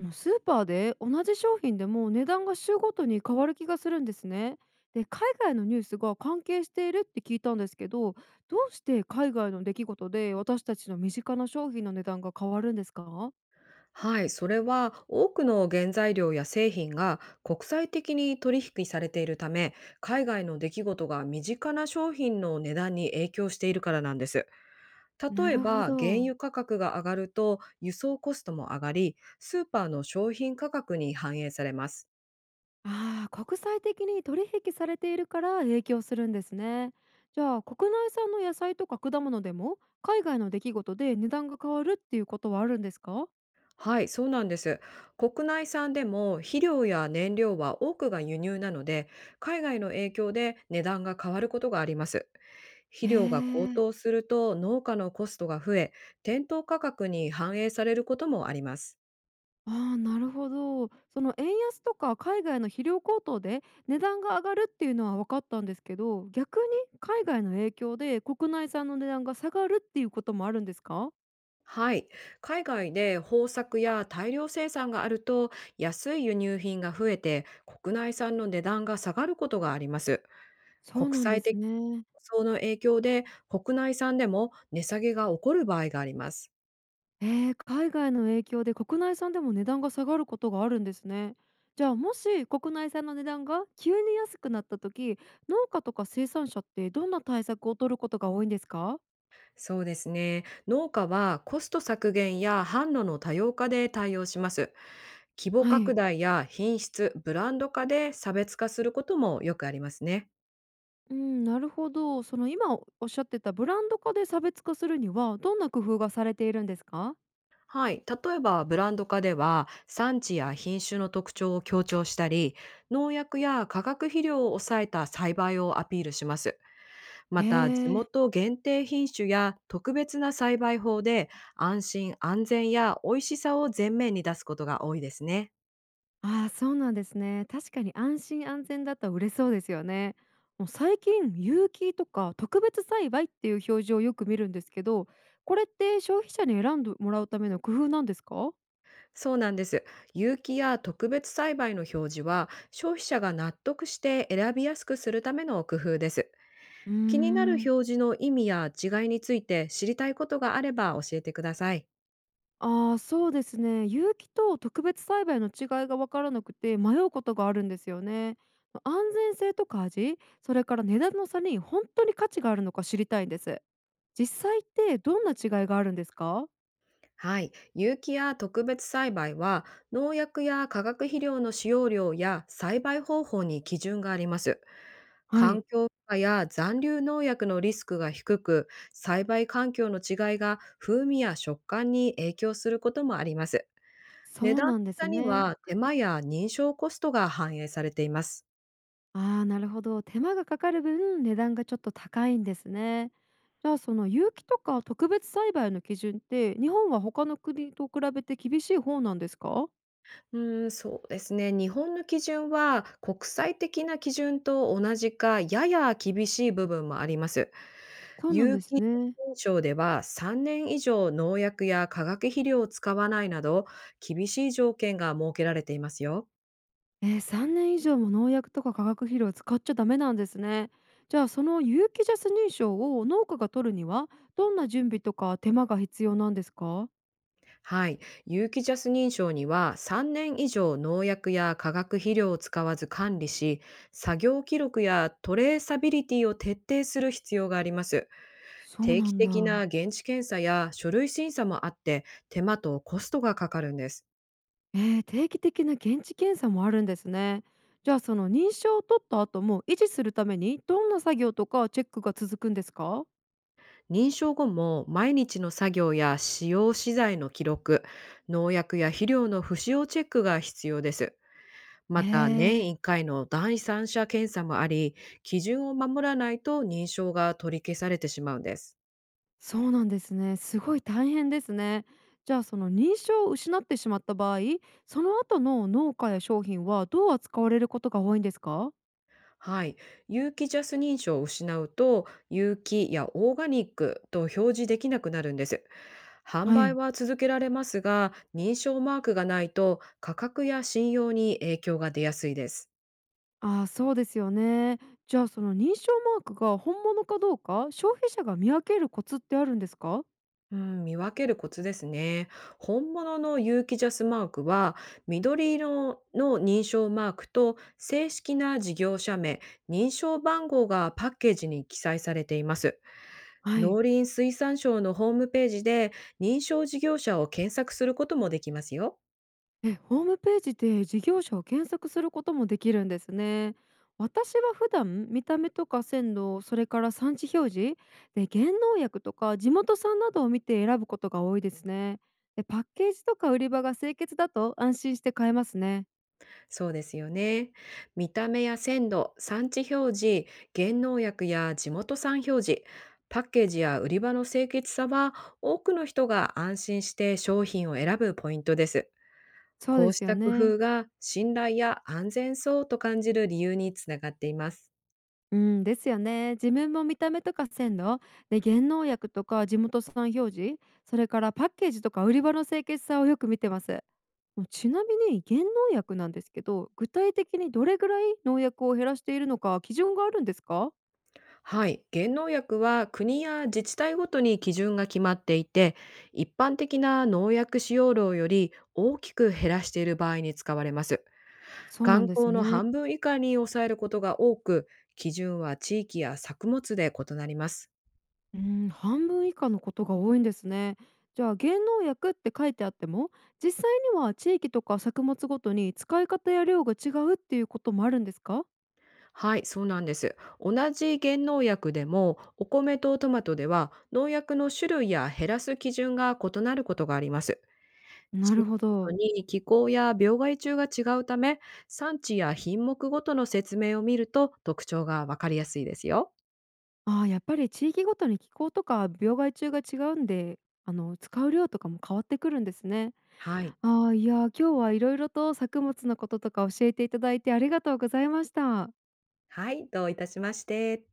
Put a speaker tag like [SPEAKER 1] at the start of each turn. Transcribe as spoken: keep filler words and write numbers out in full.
[SPEAKER 1] もうスーパーで同じ商品でも値段が週ごとに変わる気がするんですね。で海外のニュースが関係しているって聞いたんですけど、どうして海外の出来事で私たちの身近な商品の値段が変わるんですか？
[SPEAKER 2] はい、それは多くの原材料や製品が国際的に取引されているため、海外の出来事が身近な商品の値段に影響しているからなんです。
[SPEAKER 1] な
[SPEAKER 2] 例え
[SPEAKER 1] るほ
[SPEAKER 2] ば、原
[SPEAKER 1] ど。
[SPEAKER 2] 油価格が上がると輸送コストも上がり、スーパーの商品価格に反映されます。
[SPEAKER 1] ああ、国際的に取引されているから影響するんですね。じゃあ国内産の野菜とか果物でも海外の出来事で値段が変わるっていうことはあるんですか？
[SPEAKER 2] はい、そうなんです。国内産でも肥料や燃料は多くが輸入なので、海外の影響で値段が変わることがあります。肥
[SPEAKER 1] へ
[SPEAKER 2] 料が高
[SPEAKER 1] え。
[SPEAKER 2] 騰すると農家のコストが増え、店頭価格に反映されることもあります。
[SPEAKER 1] ああ、なるほど。その円安とか海外の肥料高騰で値段が上がるっていうのは分かったんですけど、逆に海外の影響で国内産の値段が下がるっていうこともあるんですか？
[SPEAKER 2] はい、海外で豊作や大量生産があると、安い輸入品が増えて国内産の値段が下がることがあります。
[SPEAKER 1] そう
[SPEAKER 2] 国
[SPEAKER 1] なんで
[SPEAKER 2] 際的
[SPEAKER 1] す
[SPEAKER 2] な
[SPEAKER 1] ね。
[SPEAKER 2] 競争の影響で、国内産でも値下げが起こる場合があります。
[SPEAKER 1] えー、海外の影響で国内産でも値段が下がることがあるんですね。じゃあもし国内産の値段が急に安くなった時、農家とか生産者ってどんな対策を取ることが多いんですか？
[SPEAKER 2] そうですね。農家はコスト削減や販路の多様化で対応します。規模
[SPEAKER 1] は
[SPEAKER 2] 拡
[SPEAKER 1] い。
[SPEAKER 2] 大や品質、ブランド化で差別化することもよくありますね。
[SPEAKER 1] うん、なるほど。その今おっしゃってたブランド化で差別化するにはどんな工夫がされているんですか？
[SPEAKER 2] はい。例えば、ブランド化では、産地や品種の特徴を強調したり、農薬や化学肥料を抑えた栽培をアピールします。
[SPEAKER 1] へ
[SPEAKER 2] また、地
[SPEAKER 1] ー。
[SPEAKER 2] 元限定品種や特別な栽培法で、安心安全や美味しさを前面に出すことが多いですね。
[SPEAKER 1] ああ、そうなんですね。確かに安心安全だったら売れそうですよね。もう最近有機とか特別栽培っていう表示をよく見るんですけど、これって消費者に選んでもらうための工夫なんですか？
[SPEAKER 2] そうなんです。有機や特別栽培の表示は、消費者が納得して選びやすくするための工夫です。
[SPEAKER 1] うー
[SPEAKER 2] 気になる表
[SPEAKER 1] ん。
[SPEAKER 2] 示の意味や違いについて知りたいことがあれば教えてください。
[SPEAKER 1] ああ、そうですね。有機と特別栽培の違いが分からなくて迷うことがあるんですよね。安全性とか味、それから値段の差に本当に価値があるのか知りたいんです。実際ってどんな違いがあるんですか？
[SPEAKER 2] はい。有機や特別栽培は、農薬や化学肥料の使用量や栽培方法に基準があります。
[SPEAKER 1] は
[SPEAKER 2] 環
[SPEAKER 1] い。
[SPEAKER 2] 境負荷や残留農薬のリスクが低く、栽培環境の違いが風味や食感に影響することもあります。
[SPEAKER 1] そ
[SPEAKER 2] 値
[SPEAKER 1] う
[SPEAKER 2] 段の
[SPEAKER 1] なんで
[SPEAKER 2] 差
[SPEAKER 1] す
[SPEAKER 2] に
[SPEAKER 1] ね。
[SPEAKER 2] は、手間や認証コストが反映されています。
[SPEAKER 1] ああ、なるほど。手間がかかる分値段がちょっと高いんですね。じゃあその有機とか特別栽培の基準って日本は他の国と比べて厳しい方なんですか？
[SPEAKER 2] うーん、そうですね。日本の基準は国際的な基準と同じか、やや厳しい部分もあります。
[SPEAKER 1] そうなん
[SPEAKER 2] 有
[SPEAKER 1] です
[SPEAKER 2] 機
[SPEAKER 1] ね。
[SPEAKER 2] 認証では、さんねん以上農薬や化学肥料を使わないなど、厳しい条件が設けられていますよ。
[SPEAKER 1] えー、さんねん以上も農薬とか化学肥料を使っちゃダメなんですね。じゃあその有機ジャス認証を農家が取るにはどんな準備とか手間が必要なんですか？
[SPEAKER 2] はい、有機ジャス認証には、さんねん以上農薬や化学肥料を使わず管理し、作業記録やトレーサビリティを徹底する必要があります。
[SPEAKER 1] そう
[SPEAKER 2] 定
[SPEAKER 1] な
[SPEAKER 2] 期
[SPEAKER 1] ん
[SPEAKER 2] 的な
[SPEAKER 1] だ。
[SPEAKER 2] 現地検査や書類審査もあって、手間とコストがかかるんです。
[SPEAKER 1] えー、定期的な現地検査もあるんですね。じゃあその認証を取った後も維持するためにどんな作業とかチェックが続くんですか？
[SPEAKER 2] 認証後も毎日の作業や使用資材の記録、農薬や肥料の不使用チェックが必要です。
[SPEAKER 1] へ
[SPEAKER 2] またね、
[SPEAKER 1] え。
[SPEAKER 2] 年いっかいの第三者検査もあり、基準を守らないと認証が取り消されてしまうんです。
[SPEAKER 1] そうなんですね。すごい大変ですね。じゃあその認証を失ってしまった場合、その後の農家や商品はどう扱われることが多いんですか？
[SPEAKER 2] はい、有機ジャス認証を失うと、有機やオーガニックと表示できなくなるんです。販
[SPEAKER 1] は
[SPEAKER 2] 売
[SPEAKER 1] い。
[SPEAKER 2] は続けられますが、認証マークがないと価格や信用に影響が出やすいです。
[SPEAKER 1] ああ、そうですよね。じゃあその認証マークが本物かどうか、消費者が見分けるコツってあるんですか？
[SPEAKER 2] うん、見分けるコツですね。本物の有機ジャスマークは、緑色の認証マークと正式な事業者名、認証番号がパッケージに記載されています。
[SPEAKER 1] はい。
[SPEAKER 2] 農林水産省のホームページで認証事業者を検索することもできますよ。
[SPEAKER 1] え、ホームページで事業者を検索することもできるんですね。私は普段見た目とか鮮度、それから産地表示で原農薬とか地元産などを見て選ぶことが多いですね。で、パッケージとか売り場が清潔だと安心して買えますね。
[SPEAKER 2] そうですよね。見た目や鮮度、産地表示、原農薬や地元産表示、パッケージや売り場の清潔さは、多くの人が安心して商品を選ぶポイントです。
[SPEAKER 1] そう
[SPEAKER 2] こう
[SPEAKER 1] です
[SPEAKER 2] し
[SPEAKER 1] よ
[SPEAKER 2] た工
[SPEAKER 1] ね。
[SPEAKER 2] 夫が信頼や安全そうと感じる理由につながっています。
[SPEAKER 1] うん、ですよね。自分も見た目とか鮮度で原農薬とか地元産表示、それからパッケージとか売り場の清潔さをよく見てます。もうちなみに原農薬なんですけど、具体的にどれぐらい農薬を減らしているのか基準があるんですか？
[SPEAKER 2] はい。原農薬は国や自治体ごとに基準が決まっていて、一般的な農薬使用量より大きく減らしている場合に使われます。
[SPEAKER 1] そうな
[SPEAKER 2] 観
[SPEAKER 1] んです
[SPEAKER 2] 光の
[SPEAKER 1] ね。
[SPEAKER 2] 半分以下に抑えることが多く、基準は地域や作物で異なります。
[SPEAKER 1] うん、半分以下のことが多いんですね。じゃあ原農薬って書いてあっても、実際には地域とか作物ごとに使い方や量が違うっていうこともあるんですか？
[SPEAKER 2] はい、そうなんです。同じ原農薬でも、お米とトマトでは農薬の種類や減らす基準が異なることがあります。
[SPEAKER 1] な
[SPEAKER 2] 地
[SPEAKER 1] る
[SPEAKER 2] 域
[SPEAKER 1] ほ
[SPEAKER 2] ごと
[SPEAKER 1] ど。
[SPEAKER 2] に気候や病害虫が違うため、産地や品目ごとの説明を見ると特徴がわかりやすいですよ。
[SPEAKER 1] ああ、やっぱり地域ごとに気候とか病害虫が違うんで、あの使う量とかも変わってくるんですね。
[SPEAKER 2] はい。
[SPEAKER 1] ああ、いやー、今日はいろいろと作物のこととか教えていただいてありがとうございました。
[SPEAKER 2] はい、どういたしまして。